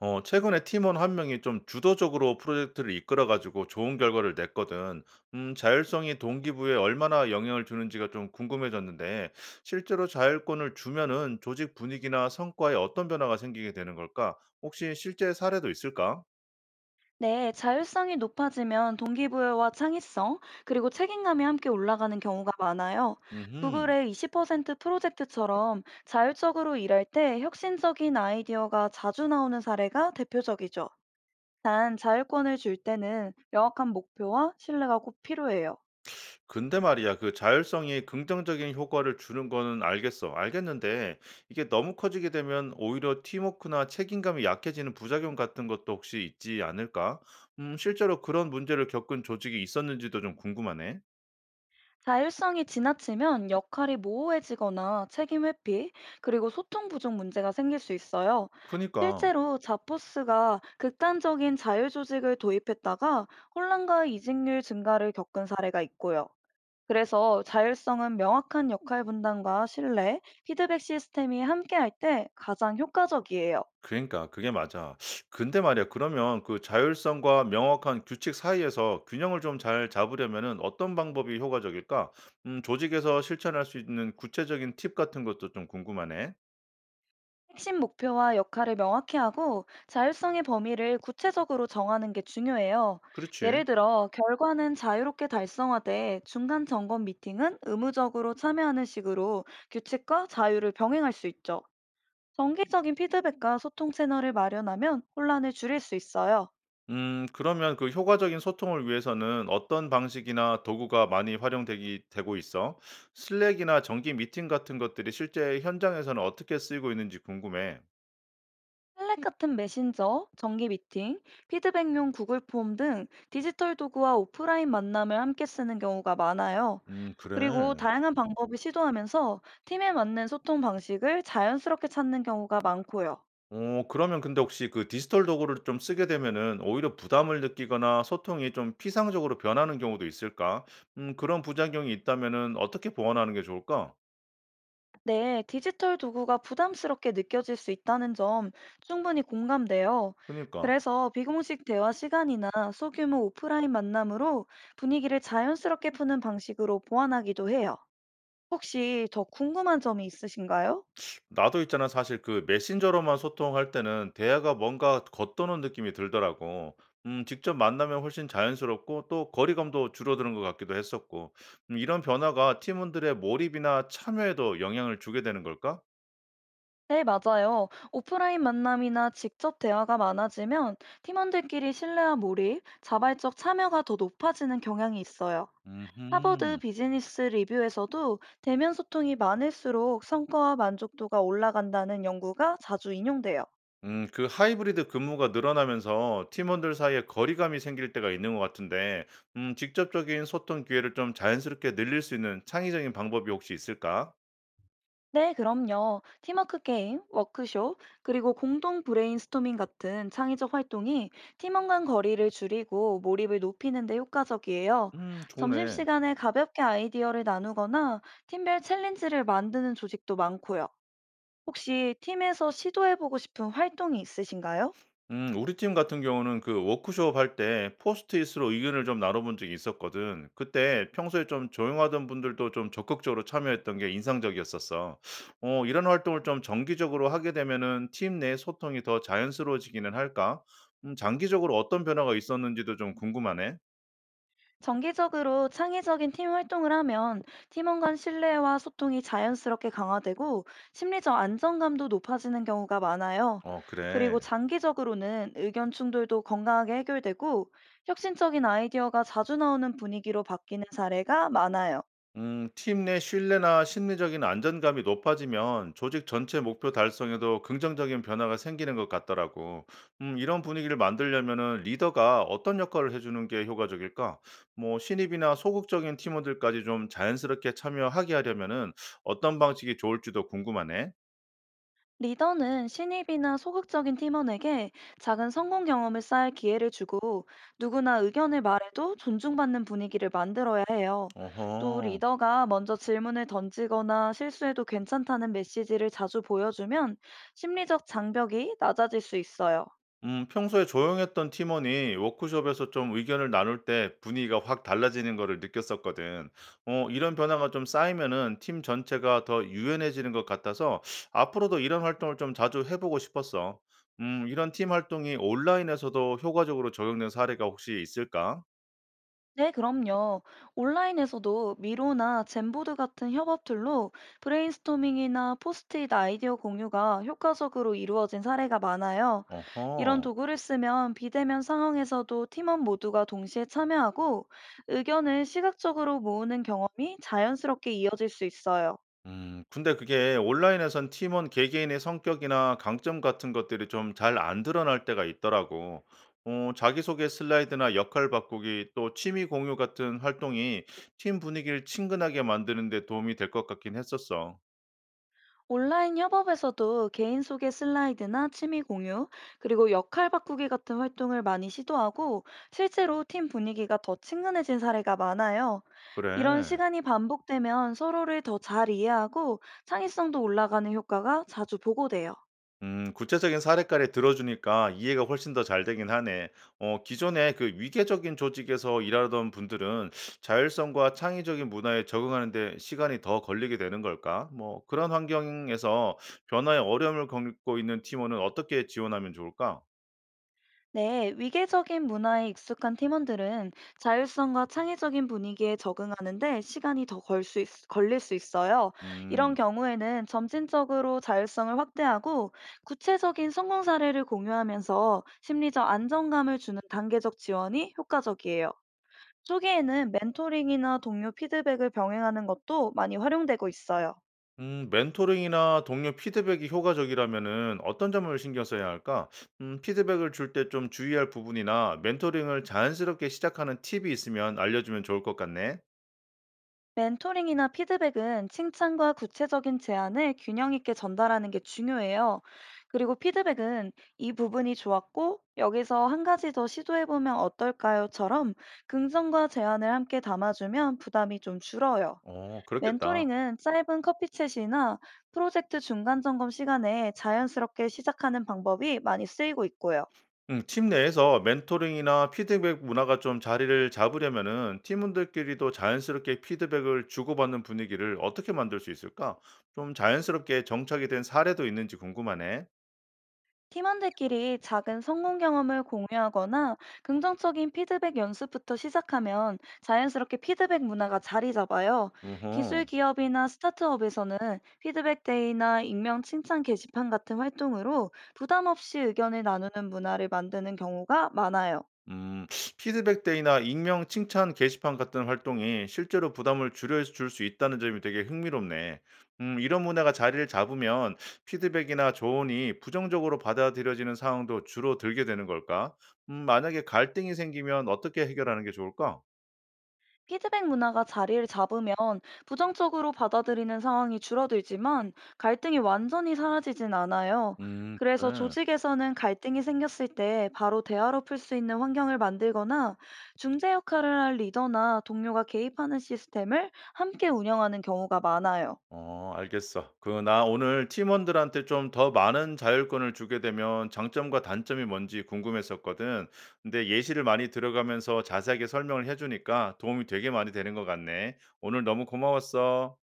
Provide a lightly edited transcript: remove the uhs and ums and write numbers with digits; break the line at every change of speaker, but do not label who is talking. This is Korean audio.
최근에 팀원 한 명이 좀 주도적으로 프로젝트를 이끌어 가지고 좋은 결과를 냈거든. 자율성이 동기부여에 얼마나 영향을 주는지가 좀 궁금해졌는데, 실제로 자율권을 주면은 조직 분위기나 성과에 어떤 변화가 생기게 되는 걸까? 혹시 실제 사례도 있을까?
네, 자율성이 높아지면 동기부여와 창의성, 그리고 책임감이 함께 올라가는 경우가 많아요.
음
구글의 20% 프로젝트처럼 자율적으로 일할 때 혁신적인 아이디어가 자주 나오는 사례가 대표적이죠. 단, 자율권을 줄 때는 명확한 목표와 신뢰가 꼭 필요해요.
근데 말이야, 그 자율성이 긍정적인 효과를 주는 거는 알겠어. 알겠는데, 이게 너무 커지게 되면 오히려 팀워크나 책임감이 약해지는 부작용 같은 것도 혹시 있지 않을까? 실제로 그런 문제를 겪은 조직이 있었는지도 좀 궁금하네.
자율성이 지나치면 역할이 모호해지거나 책임 회피, 그리고 소통 부족 문제가 생길 수 있어요.
그니까.
실제로 자포스가 극단적인 자율조직을 도입했다가 혼란과 이직률 증가를 겪은 사례가 있고요. 그래서 자율성은 명확한 역할 분담과 신뢰, 피드백 시스템이 함께할 때 가장 효과적이에요.
그러니까 그게 맞아. 근데 말이야. 그러면 그 자율성과 명확한 규칙 사이에서 균형을 좀 잘 잡으려면은 어떤 방법이 효과적일까? 조직에서 실천할 수 있는 구체적인 팁 같은 것도 좀 궁금하네.
핵심 목표와 역할을 명확히 하고 자율성의 범위를 구체적으로 정하는 게 중요해요.
그렇지.
예를 들어, 결과는 자유롭게 달성하되 중간 점검 미팅은 의무적으로 참여하는 식으로 규칙과 자유를 병행할 수 있죠. 정기적인 피드백과 소통 채널을 마련하면 혼란을 줄일 수 있어요.
그러면 그 효과적인 소통을 위해서는 어떤 방식이나 도구가 많이 활용되기 되고 있어? 슬랙이나 정기 미팅 같은 것들이 실제 현장에서는 어떻게 쓰이고 있는지 궁금해.
슬랙 같은 메신저, 정기 미팅, 피드백용 구글 폼 등 디지털 도구와 오프라인 만남을 함께 쓰는 경우가 많아요.
그래.
그리고 다양한 방법을 시도하면서 팀에 맞는 소통 방식을 자연스럽게 찾는 경우가 많고요.
그러면 근데 혹시 그 디지털 도구를 좀 쓰게 되면은 오히려 부담을 느끼거나 소통이 좀 피상적으로 변하는 경우도 있을까? 그런 부작용이 있다면은 어떻게 보완하는 게 좋을까?
네, 디지털 도구가 부담스럽게 느껴질 수 있다는 점 충분히 공감돼요.
그니까.
그래서 비공식 대화 시간이나 소규모 오프라인 만남으로 분위기를 자연스럽게 푸는 방식으로 보완하기도 해요. 혹시 더 궁금한 점이 있으신가요?
나도 있잖아. 사실 그 메신저로만 소통할 때는 대화가 뭔가 겉도는 느낌이 들더라고. 직접 만나면 훨씬 자연스럽고 또 거리감도 줄어드는 것 같기도 했었고. 이런 변화가 팀원들의 몰입이나 참여에도 영향을 주게 되는 걸까?
네, 맞아요. 오프라인 만남이나 직접 대화가 많아지면 팀원들끼리 신뢰와 몰입, 자발적 참여가 더 높아지는 경향이 있어요. 하버드
음흠.
비즈니스 리뷰에서도 대면 소통이 많을수록 성과와 만족도가 올라간다는 연구가 자주 인용돼요.
그 하이브리드 근무가 늘어나면서 팀원들 사이에 거리감이 생길 때가 있는 것 같은데, 직접적인 소통 기회를 좀 자연스럽게 늘릴 수 있는 창의적인 방법이 혹시 있을까?
네, 그럼요. 팀워크 게임, 워크숍, 그리고 공동 브레인스토밍 같은 창의적 활동이 팀원 간 거리를 줄이고 몰입을 높이는 데 효과적이에요.
좋네.
점심시간에 가볍게 아이디어를 나누거나 팀별 챌린지를 만드는 조직도 많고요. 혹시 팀에서 시도해보고 싶은 활동이 있으신가요?
우리 팀 같은 경우는 그 워크숍 할 때 포스트잇으로 의견을 좀 나눠본 적이 있었거든. 그때 평소에 좀 조용하던 분들도 좀 적극적으로 참여했던 게 인상적이었었어. 이런 활동을 좀 정기적으로 하게 되면은 팀 내 소통이 더 자연스러워지기는 할까? 장기적으로 어떤 변화가 있었는지도 좀 궁금하네.
정기적으로 창의적인 팀 활동을 하면 팀원 간 신뢰와 소통이 자연스럽게 강화되고 심리적 안정감도 높아지는 경우가 많아요.
어,
그리고
그래.
장기적으로는 의견 충돌도 건강하게 해결되고 혁신적인 아이디어가 자주 나오는 분위기로 바뀌는 사례가 많아요.
팀 내 신뢰나 심리적인 안전감이 높아지면 조직 전체 목표 달성에도 긍정적인 변화가 생기는 것 같더라고. 이런 분위기를 만들려면은 리더가 어떤 역할을 해주는 게 효과적일까? 뭐, 신입이나 소극적인 팀원들까지 좀 자연스럽게 참여하게 하려면은 어떤 방식이 좋을지도 궁금하네.
리더는 신입이나 소극적인 팀원에게 작은 성공 경험을 쌓을 기회를 주고 누구나 의견을 말해도 존중받는 분위기를 만들어야 해요. 또
어허.
리더가 먼저 질문을 던지거나 실수해도 괜찮다는 메시지를 자주 보여주면 심리적 장벽이 낮아질 수 있어요.
평소에 조용했던 팀원이 워크숍에서 좀 의견을 나눌 때 분위기가 확 달라지는 거를 느꼈었거든. 이런 변화가 좀 쌓이면은 팀 전체가 더 유연해지는 것 같아서 앞으로도 이런 활동을 좀 자주 해보고 싶었어. 이런 팀 활동이 온라인에서도 효과적으로 적용된 사례가 혹시 있을까?
네, 그럼요. 온라인에서도 미로나 젠보드 같은 협업 툴로 브레인스토밍이나 포스트잇 아이디어 공유가 효과적으로 이루어진 사례가 많아요. 이런
어허.
도구를 쓰면 비대면 상황에서도 팀원 모두가 동시에 참여하고 의견을 시각적으로 모으는 경험이 자연스럽게 이어질 수 있어요.
근데 그게 온라인에선 팀원 개개인의 성격이나 강점 같은 것들이 좀 잘 안 드러날 때가 있더라고. 자기소개 슬라이드나 역할 바꾸기 또 취미 공유 같은 활동이 팀 분위기를 친근하게 만드는 데 도움이 될 것 같긴 했었어.
온라인 협업에서도 개인 소개 슬라이드나 취미 공유, 그리고 역할 바꾸기 같은 활동을 많이 시도하고 실제로 팀 분위기가 더 친근해진 사례가 많아요. 이런
그래.
시간이 반복되면 서로를 더 잘 이해하고 창의성도 올라가는 효과가 자주 보고돼요.
구체적인 사례까지 들어주니까 이해가 훨씬 더 잘 되긴 하네. 기존에 그 위계적인 조직에서 일하던 분들은 자율성과 창의적인 문화에 적응하는 데 시간이 더 걸리게 되는 걸까? 뭐 그런 환경에서 변화에 어려움을 겪고 있는 팀원은 어떻게 지원하면 좋을까?
네, 위계적인 문화에 익숙한 팀원들은 자율성과 창의적인 분위기에 적응하는데 시간이 더 걸 수 걸릴 수 있어요. 이런
음.
경우에는 점진적으로 자율성을 확대하고 구체적인 성공 사례를 공유하면서 심리적 안정감을 주는 단계적 지원이 효과적이에요. 초기에는 멘토링이나 동료 피드백을 병행하는 것도 많이 활용되고 있어요.
멘토링이나 동료 피드백이 효과적이라면은 어떤 점을 신경 써야 할까? 피드백을 줄 때 좀 주의할 부분이나 멘토링을 자연스럽게 시작하는 팁이 있으면 알려주면 좋을 것 같네.
멘토링이나 피드백은 칭찬과 구체적인 제안을 균형 있게 전달하는 게 중요해요. 그리고 피드백은 이 부분이 좋았고, 여기서 한 가지 더 시도해보면 어떨까요?처럼 긍정과 제안을 함께 담아주면 부담이 좀 줄어요.
어 그렇겠다.
멘토링은 짧은 커피챗이나 프로젝트 중간 점검 시간에 자연스럽게 시작하는 방법이 많이 쓰이고 있고요.
팀 내에서 멘토링이나 피드백 문화가 좀 자리를 잡으려면은 팀원들끼리도 자연스럽게 피드백을 주고받는 분위기를 어떻게 만들 수 있을까? 좀 자연스럽게 정착이 된 사례도 있는지 궁금하네.
팀원들끼리 작은 성공 경험을 공유하거나 긍정적인 피드백 연습부터 시작하면 자연스럽게 피드백 문화가 자리 잡아요. 기술
음
기업이나 스타트업에서는 피드백 데이나 익명 칭찬 게시판 같은 활동으로 부담 없이 의견을 나누는 문화를 만드는 경우가 많아요.
음, 피드백 데이나 익명 칭찬 게시판 같은 활동이 실제로 부담을 줄여줄 수 있다는 점이 되게 흥미롭네. 이런 문화가 자리를 잡으면 피드백이나 조언이 부정적으로 받아들여지는 상황도 주로 들게 되는 걸까? 만약에 갈등이 생기면 어떻게 해결하는 게 좋을까?
피드백 문화가 자리를 잡으면 부정적으로 받아들이는 상황이 줄어들지만 갈등이 완전히 사라지진 않아요. 그래서
그래.
조직에서는 갈등이 생겼을 때 바로 대화로 풀 수 있는 환경을 만들거나 중재 역할을 할 리더나 동료가 개입하는 시스템을 함께 운영하는 경우가 많아요.
어 알겠어. 그 나 오늘 팀원들한테 좀 더 많은 자율권을 주게 되면 장점과 단점이 뭔지 궁금했었거든. 근데 예시를 많이 들어가면서 자세하게 설명을 해 주니까 도움이 되게 많이 되는 것 같네. 오늘 너무 고마웠어.